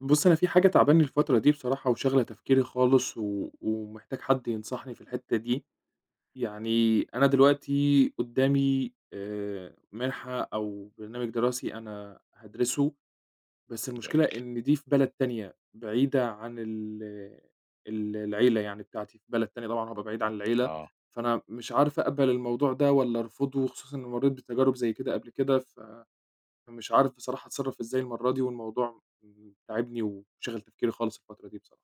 بُص، أنا في حاجة تعباني الفترة دي بصراحة وشاغلة تفكيري خالص و ومحتاج حد ينصحني في الحتّة دي. يعني أنا دلوقتي قدّامي مِنحة أو برنامج دراسي أنا هادرسه، بس المشكلة جميل. إن دي في بلد تانية بعيدة عن ال ال العيلة يعني بتاعتي، في بلد تانية طبعًا هابقى بعيد عن العيلة، آه. فأنا مش عارف أقبل الموضوع ده والّا أرفضه، خصوصًا إني مرّيت بتجارب زي كده قبل كده ف فمش عارف بصراحة أتصرّف إزاي المرّة دي، والموضوع تاعبني وشاغل تفكيري خالص الفترة دي بصراحة.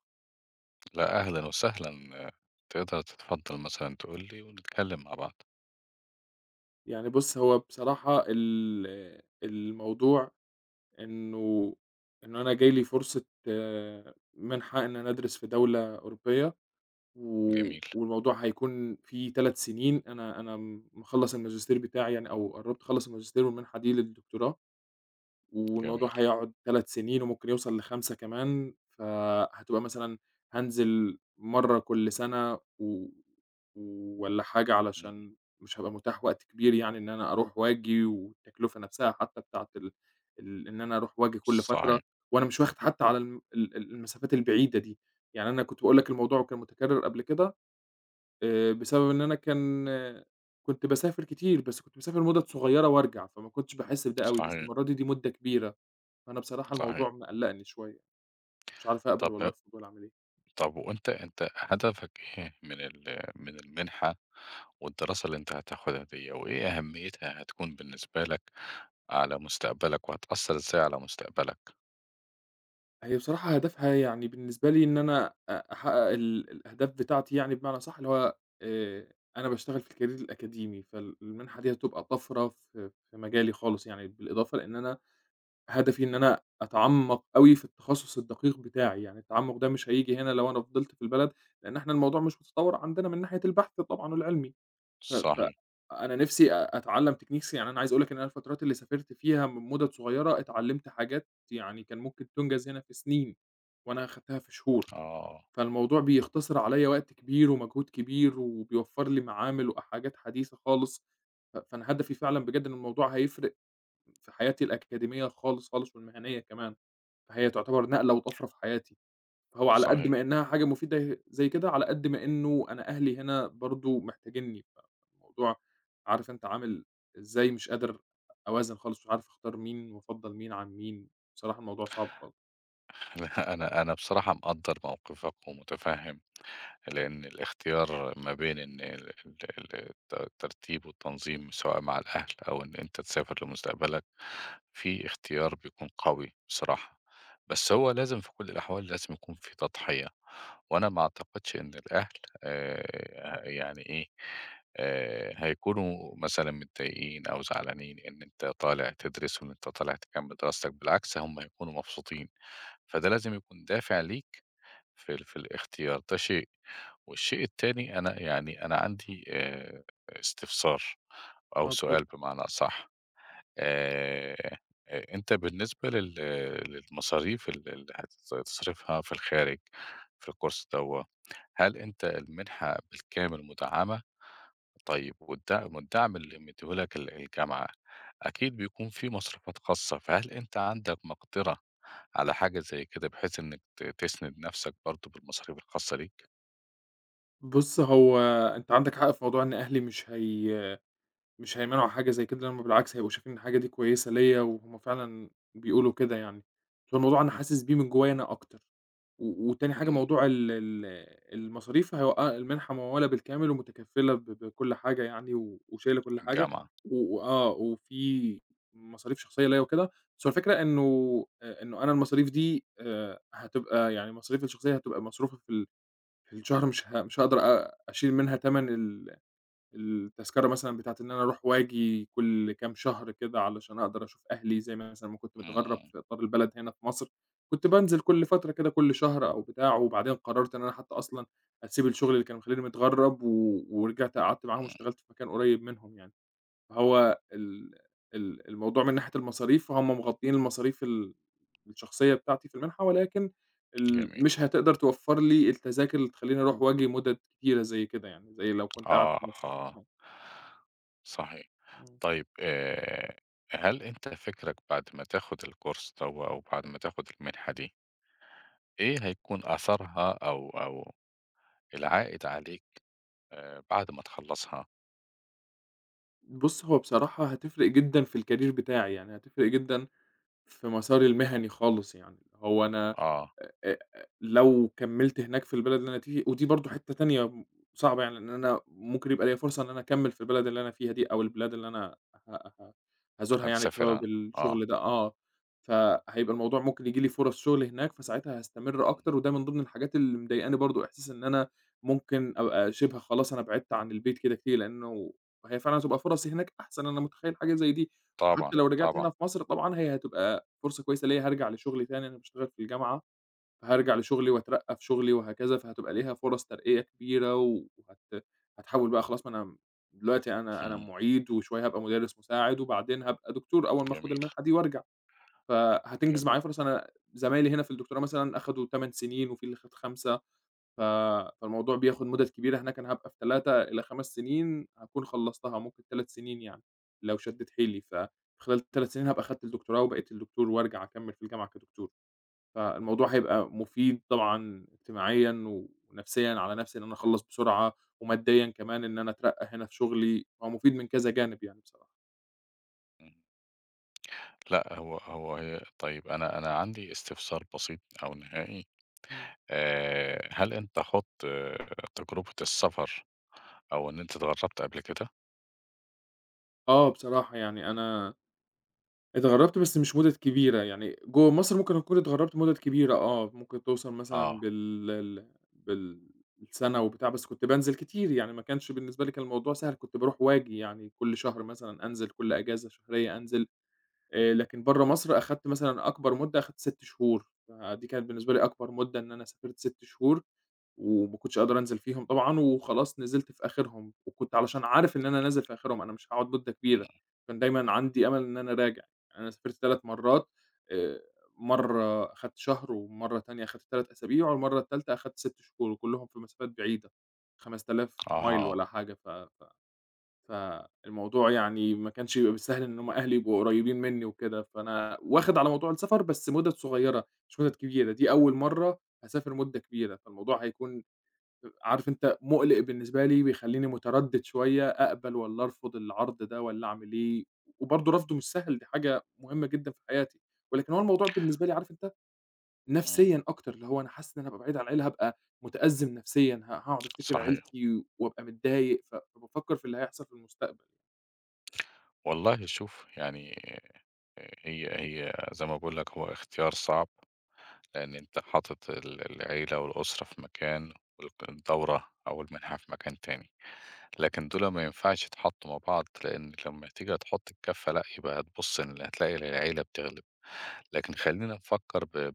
لأ، أهلًا وسهلًا، آه، تقدر تتفضّل مثلًا تقول لي ونتكلّم مع بعض. يعني بُص، هو بصراحة الموضوع إنه إن أنا جاي لي فرصة، منحة إن أنا أدرس في دولة أوروبية، و جميل، والموضوع هيكون فيه 3 سنين. أنا مخلّص الماجستير بتاعي يعني أو قرّبت أخلّص الماجستير والمنحة دي للدكتوراه. والموضوع جميل. هيقعد 3 سنين وممكن يوصل ل5 كمان، فهتبقى مثلًا هانزل مرّة كل سَنة والّا حاجة إمم. علشان مش هيبقى متاح وقت كبير يعني إن أنا أروح وآجي، والتكلفة نفسها حتّى بتاعة ال ال إن أنا أروح وآجي كل فترة، صحيح، وأنا مش واخد حتّى على الم ال ال المسافات البعيدة دي. يعني أنا كنت باقول لك الموضوع كان متكرر قبل كده، بسبب إن أنا كان، كنت باسافر كتير، بس كنت باسافر مُدَد صغيّرة وأرجع، فما كنتش باحس بده أوي، بس صحيح، المرّة دي، دي مدة كبيرة. فأنا بصراحة صحيح. الموضوع مقلّقني شوية، مش عارف أقبل طب والّا أرفض والّا أعمل إيه. طب وأنت هدفك إيه من المنحة والدراسة اللي أنت هتاخدها ديّة، وإيه أهميتها هتكون بالنسبة لك على مستقبلك، وهتأثّر إزاي على مستقبلك؟ هي بصراحة هدفها يعني بالنسبة لي إن أنا أحقق الأهداف بتاعتي، يعني بمعنى أصح اللي هو، أنا باشتغل في الكارير الأكاديمي، فالمنحة دي هتبقى طَفرة في مجالي خالص يعني، بالإضافة لإن أنا هدفي إن أنا أتعمّق أوي في التخصص الدقيق بتاعي، يعني التعمُّق ده مش هييجي هنا لو أنا فضلت في البلد، لإن إحنا الموضوع مش متطوّر عندنا من ناحية البحث طبعًا والعلمي. ف ف صحيح. أنا نِفْسي أتعلّم techniques، يعني أنا عايز أقول لك إن أنا الفترات اللي سافرت فيها من مُدَد صغيّرة اتعلّمت حاجات يعني كان ممكن تُنجز هنا في سنين، وأنا أخدتها في شهور، آه، فالموضوع بيختصر عليَّ وقت كبير ومجهود كبير وبيوفّر لي معامل وحاجات حديثة خالص. ف فأنا هدفي فعلًا بجد إن الموضوع هيفرق في حياتي الأكاديمية خالص، خالص، والمهنية كمان، فهي تعتبر نقلة وطَفرة في حياتي. هو على قد صحيح. ما إنها حاجة مفيدة زي كده، على قد ما إنه أنا أهلي هنا برضه محتاجينّي، فالموضوع عارف أنت عامل إزاي، مش قادر أوازن خالص، مش عارف أختار مين وأفضّل مين عن مين، بصراحة الموضوع صعب خالص. لأ، أنا بصراحة مقدّر موقفك ومُتفهِّم، لأن الاختيار ما بين إن ال ال ال الترتيب والتنظيم سواء مع الأهل أو إن أنت تسافر لمستقبلك، في اختيار بيكون قوي بصراحة، بس هو لازم في كل الأحوال لازم يكون في تضحية، وأنا ما أعتقدش إن الأهل يعني إيه، هيكونوا مثلًا متضايقين أو زعلانين إن أنت طالع تدرس وإن أنت طالع تكمّل دراستك، بالعكس هُم هيكونوا مبسوطين، فده لازم يكون دافع ليك في ال في الاختيار، ده شيء، والشيء التاني أنا يعني أنا عندي استفسار أو آه، اتفضل. سؤال بمعنى أصح. آآ أنت بالنسبة للمصاريف اللي هتصرفها في الخارج في الcourse دوّة، هل أنت المنحة بالكامل مدعمة؟ طيب، والدعم اللي مديه لك الجامعة، أكيد بيكون في مصروفات خاصة، فهل أنت عندك مقدرة على حاجة زي كده بحيث إنك تسند نفسك برضه بالمصاريف الخاصة ليك؟ بُص، هو أنت عندك حق في موضوع إن أهلي مش هيمنعوا حاجة زي كده، لمّا بالعكس هيبقوا شايفين إن الحاجة دي كويسة ليّا، وهُم فعلًا بيقولوا كده يعني، فالموضوع أنا حاسس بيه من جوّايا أنا أكتر. و وتاني حاجة، إمم، موضوع ال المصاريف، المنحة ممولة بالكامل ومتكفّلة بكل حاجة يعني، و وشايلة كل حاجة، الجامعة، و وآه وفي مصاريف شخصية ليّا وكده. بس هو الفكرة إنه، إنه أنا المصاريف دي، هتبقى يعني مصاريفي الشخصية هتبقى مصروفة في في الشهر. مش هاقدر أشيل منها تَمَن التذكرة مثلًا بتاعة إن أنا أروح وآجي كل كام شهر كده، علشان أقدر أشوف أهلي، زي ما مثلًا ما كنت متغرّب إمم، في إطار البلد هنا في مصر، كنت بانزل كل فترة كده كل شهر أو بتاع، وبعدين قررت إن أنا حتى أصلًا أسيب الشغل اللي كان مخلّيني متغرّب و ورجعت قعدت معاهم إمم، واشتغلت في مكان قريب منهم يعني. فهو ال ال الموضوع من ناحية المصاريف، هُم مغطيين المصاريف الشخصية بتاعتي في المنحة، ولكن جميل، مش هتقدر توفّر لي التذاكر اللي تخلّيني أروح وآجي مُدد كتيرة زي كده يعني، زي لو كنت قاعد آه، في مصر. آه. صحيح. إمم. طيب، هل أنت فكرك بعد ما تاخد الكورس دوّة أو بعد ما تاخد المنحة دي، إيه هيكون أثرها أو العائد عليك بعد ما تخلّصها؟ بُص، هو بصراحة هتفرق جدًا في الcareer بتاعي، يعني هتفرق جدًا في مساري المهني خالص يعني. هو أنا آه. أ أ لو كمّلت هناك في البلد اللي أنا فيه، ودي برضه حتّة تانية صعبة يعني، لإن أنا ممكن يبقى ليّا فرصة إن أنا أكمّل في البلد اللي أنا فيها دي أو البلاد اللي أنا ه ه هازورها يعني هتسافر بسبب أنا، آه، الشغل ده، فهيبقى الموضوع ممكن ييجي لي فرص شغل هناك، فساعتها هاستمر إمم، أكتر، وده من ضمن الحاجات اللي مضايقاني برضه، إحساس إن أنا ممكن أبقى شِبه خلاص أنا بعدت عن البيت كده كتير، لإنه هي فعلًا هتبقى فرصي هناك أحسن، أنا متخيّل حاجة زي دي. طبعًا، وحتّى لو رجعت طبعًا، هنا في مصر طبعًا هي هتبقى فرصة كويسة ليّا، هارجع لشغلي تاني، أنا باشتغل في الجامعة، فهارجع لشغلي وأترقّى في شغلي وهكذا، فهتبقى ليها فرص ترقية كبيرة هاتحوّل بقى خلاص. ما أنا م دلوقتي أنا إمم، معيد، وشوية هابقى مدرس مساعد، وبعدين هابقى دكتور أول ما آخُد جميل، المنحة دي وأرجع، فهتنجز جميل، معايا فرص. أنا زمايلي هنا في الدكتوراه مثلًا أخدوا 8 سنين وفي اللي خَد 5. ف فالموضوع بياخد مُدَد كبيرة هناك، أنا هابقى في 3 إلى 5 سنين هاكون خلّصتها، ممكن 3 سنين يعني، لو شدّيت حيلي، فخلال 3 سنين هابقى خدت الدكتوراه وبقيت الدكتور وارجع أكمّل في الجامعة كدكتور، فالموضوع هيبقى مفيد طبعًا اجتماعيًا ونفسيًا على نفسي إن أنا أخلّص بسرعة، وماديًا كمان إن أنا أترقّى هنا في شغلي، هو مفيد من كذا جانب يعني بصراحة. إمم. لأ، هو هو هي طيب، أنا عندي استفسار بسيط أو نهائي. إمم. هل أنت خُضت تجربة السفر أو إن أنت اتغرّبت قبل كده؟ آه، بصراحة يعني أنا اتغرّبت بس مش مُدَد كبيرة، يعني جوّه مصر ممكن أكون اتغرّبت مُدَد كبيرة آه، ممكن توصل مثلًا آه، بال ال بال بالسَنة وبتاع، بس كنت بانزل كتير، يعني ما كانش بالنسبة لي، كان الموضوع سهل، كنت باروح وآجي يعني كل شهر مثلًا أنزل، كل إجازة شهرية أنزل. لكن برّه مصر أخدت مثلًا أكبر مُدة، أخدت 6 شهور، فدي كانت بالنسبة لي أكبر مُدة، إن أنا سافرت 6 شهور. وما كنتش قادر أنزل فيهم طبعًا، وخلاص نزلت في آخرهم، وكنت علشان عارف إن أنا نازل في آخرهم، أنا مش هاقعد مدة إمم، كبيرة، كان دايمًا عندي أمل إن أنا أراجع. أنا سافرت 3 مرات، آآ، مرة أخدت شهر، ومرة تانية أخدت 3 أسابيع، والمرة التالتة أخدت 6 شهور، وكلهم في مسافات بعيدة، 5,000 مايل أها، والّا حاجة. ف ف فالموضوع يعني ما كانش بيبقى بالسهل إن هم أهلي يبقوا قريبين مني وكده، فأنا واخد على موضوع السفر بس مُدَد صغيرة، مش مُدَد كبيرة، دي أول مرة هاسافر مدة كبيرة، فالموضوع هيكون عارف أنت مُقلِق بالنسبة لي، بيخلّيني متردد شوية، أقبل والّا أرفض العرض ده والّا أعمل إيه. وبرضه رفضه مش سهل، دي حاجة مهمة جدًا في حياتي، ولكن هو الموضوع بالنسبة لي عارف أنت إمم، نفسيًا أكتر، اللي هو أنا حاسس إن أنا هابقى بعيد عن العيلة، هابقى متأزم نفسيًا، هاقعد أفتكر صحيح. عيلتي وأبقى متضايق، فبافكر في اللي هيحصل في المستقبل. والله، شوف يعني، آه، هي هي زي ما باقول لك هو اختيار صعب، لإن أنت حاطط العيلة والأسرة في مكان، الدورة أو المنحة في مكان تاني. لكن دول ما ينفعش يتحطّوا مع بعض، لإن لمّا تيجي هتحُط الكَفّة لأ، يبقى هتبُص إن هتلاقي العيلة بتغلب، لكن خلّينا نفكّر ب ب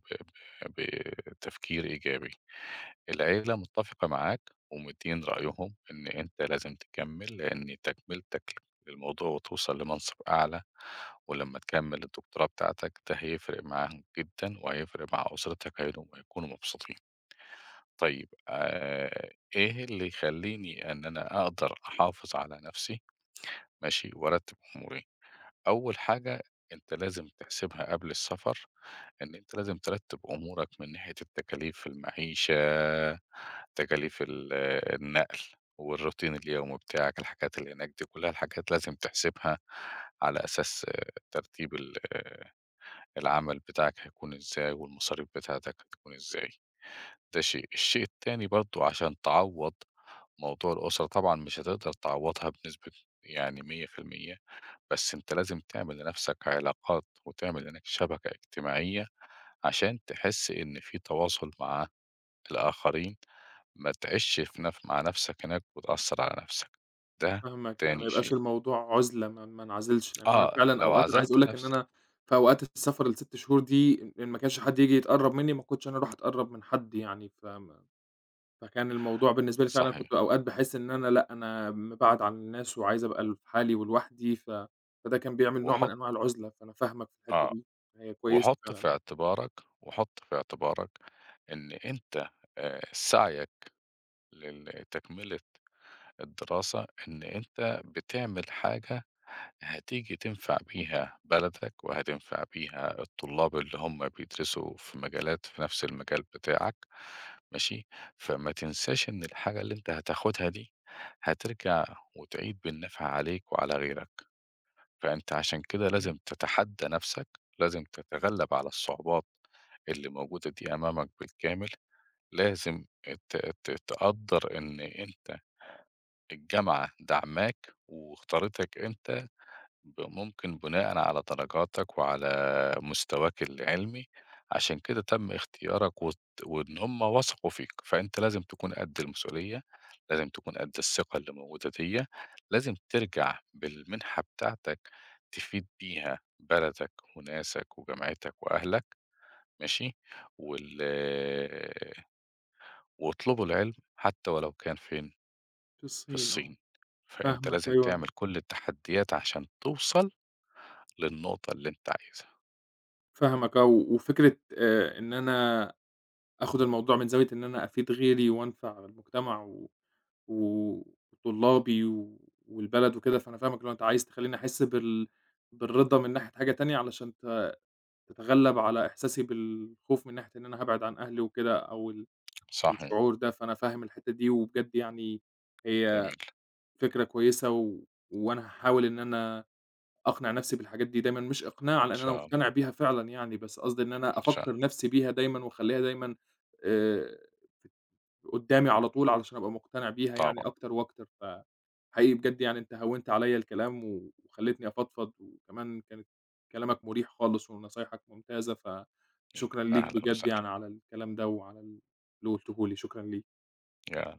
ب بتفكير إيجابي. العيلة متّفقة معاك ومدّيين رأيهم إن أنت لازم تكمّل، لإن تكملتك للموضوع وتوصل لمنصب أعلى، ولمّا تكمّل الدكتوراه بتاعتك ده هيفرق معاهم جدًا وهيفرق مع أسرتك، هيكونوا مبسوطين. طيب، إيه اللي يخلّيني إن أنا أقدر أحافظ على نَفْسي، ماشي، وأرتّب أموري؟ أول حاجة، أنت لازم تحسبها قبل السفر، إن أنت لازم ترتّب أمورك من ناحية التكاليف المعيشة، تكاليف النقل والروتين اليومي بتاعك، الحاجات اللي هناك دي كلّها الحاجات لازم تحسبها على أساس ترتيب ال آه، العمل بتاعك هيكون إزاي، والمصاريف بتاعتك هتكون إزاي، ده شيء. الشيء التاني برضه، عشان تعوّض موضوع الأسرة، طبعًا مش هتقدر تعوّضها بنسبة يعني 100%، بس أنت لازم تعمل لنَفْسك علاقات وتعمل هناك شبكة اجتماعية عشان تحس إن في تواصل مع الآخرين، ما تعيشش في نف مع نَفْسك هناك وتأثّر على نَفْسك، ده فاهمك، يعني ما تاني يبقاش شيء. الموضوع عُزلة، ما انعزلش، لأن أنا آه، فعلًا لو أوقات أنا عايز عزلت أقول لك إن نَفْسك، أنا في أوقات السفر ال6 شهور دي، إن ما كانش حد ييجي يتقرّب منّي، ما كنتش أنا أروح أتقرّب من حد يعني. فكان الموضوع بالنسبة لي فعلًا، كنت صحيح. أوقات باحس إن أنا لأ، أنا مبعد عن الناس وعايز أبقى في حالي ولوحدي، فده كان بيعمل نوع من وحُط أنواع العُزلة، فأنا فاهمك في الحتّة آه، دي. هي كويسة وحُط فعلًا، في آه. اعتبارك وحُط في اعتبارك إن أنت سعيك تكملة الدراسة، إن أنت بتعمل حاجة هتيجي تنفع بيها بلدك وهتنفع بيها الطلاب اللي هم بيدرسوا في نفس المجال بتاعك، ماشي، فما تنساش إن الحاجة اللي أنت هتاخدها دي هترجع وتعيد بالنفع عليك وعلى غيرك، فأنت عشان كده إمم. لازم تتحدى نفسك، لازم تتغلب على الصعوبات اللي موجودة دي أمامك بالكامل، لازم ت- تقدر إن أنت الجامعة دعماك واختارتك أنت، ممكن بناءً على درجاتك وعلى مستواك العلمي، عشان كده تم اختيارك، وإن هم وثقوا فيك، فأنت لازم تكون قد المسؤولية، لازم تكون قد الثقة اللي موجودة ديّة، لازم ترجع بالمنحة بتاعتك تفيد بيها بلدك وناسك وجامعتك وأهلك، ماشي، وال واطلبوا العلم حتى ولو كان فين؟ في في الصين، آه. الصين. فأنت فاهمك، لازم تعمل أيوه. كل التحديات عشان توصل للنقطة اللي أنت عايزها، فاهمك، آه. وفكرة إن أنا آخُد الموضوع من زاوية إن أنا أفيد غيري وأنفع المجتمع و وطلابي والبلد وكده، فأنا فاهمك، اللي هو أنت عايز تخلّيني أحس بالرضا من ناحية حاجة تانية، علشان تتغلّب على إحساسي بالخوف من ناحية إن أنا هابعد عن أهلي وكده، أو صحيح، الشعور ده. فأنا فاهم الحتّة دي وبجد يعني، هي جميل، فكرة كويسة، وأنا هاحاول إن أنا أقنع نَفْسي بالحاجات دي دايمًا، مش إقناع لإن إن أنا شاء الله، مقتنع بيها فعلًا يعني، بس قصدي إن أنا إن شاء أفكّر الله، نَفْسي بيها دايمًا وأخلّيها دايمًا آآ قدّامي على طول، علشان أبقى مقتنع بيها يعني طبعًا، أكتر وأكتر. فحقيقي بجد يعني، أنت هوّنت عليّا الكلام وخلّيتني أفضفض، وكمان كانت كلامك مُريح خالص ونصايحك ممتازة، إمم، فشكرًا ليك أهلًا بجد وسهلًا، يعني على الكلام ده وعلى اللي قُلته لي، شكرًا ليك. يا أهلًا وسهلًا.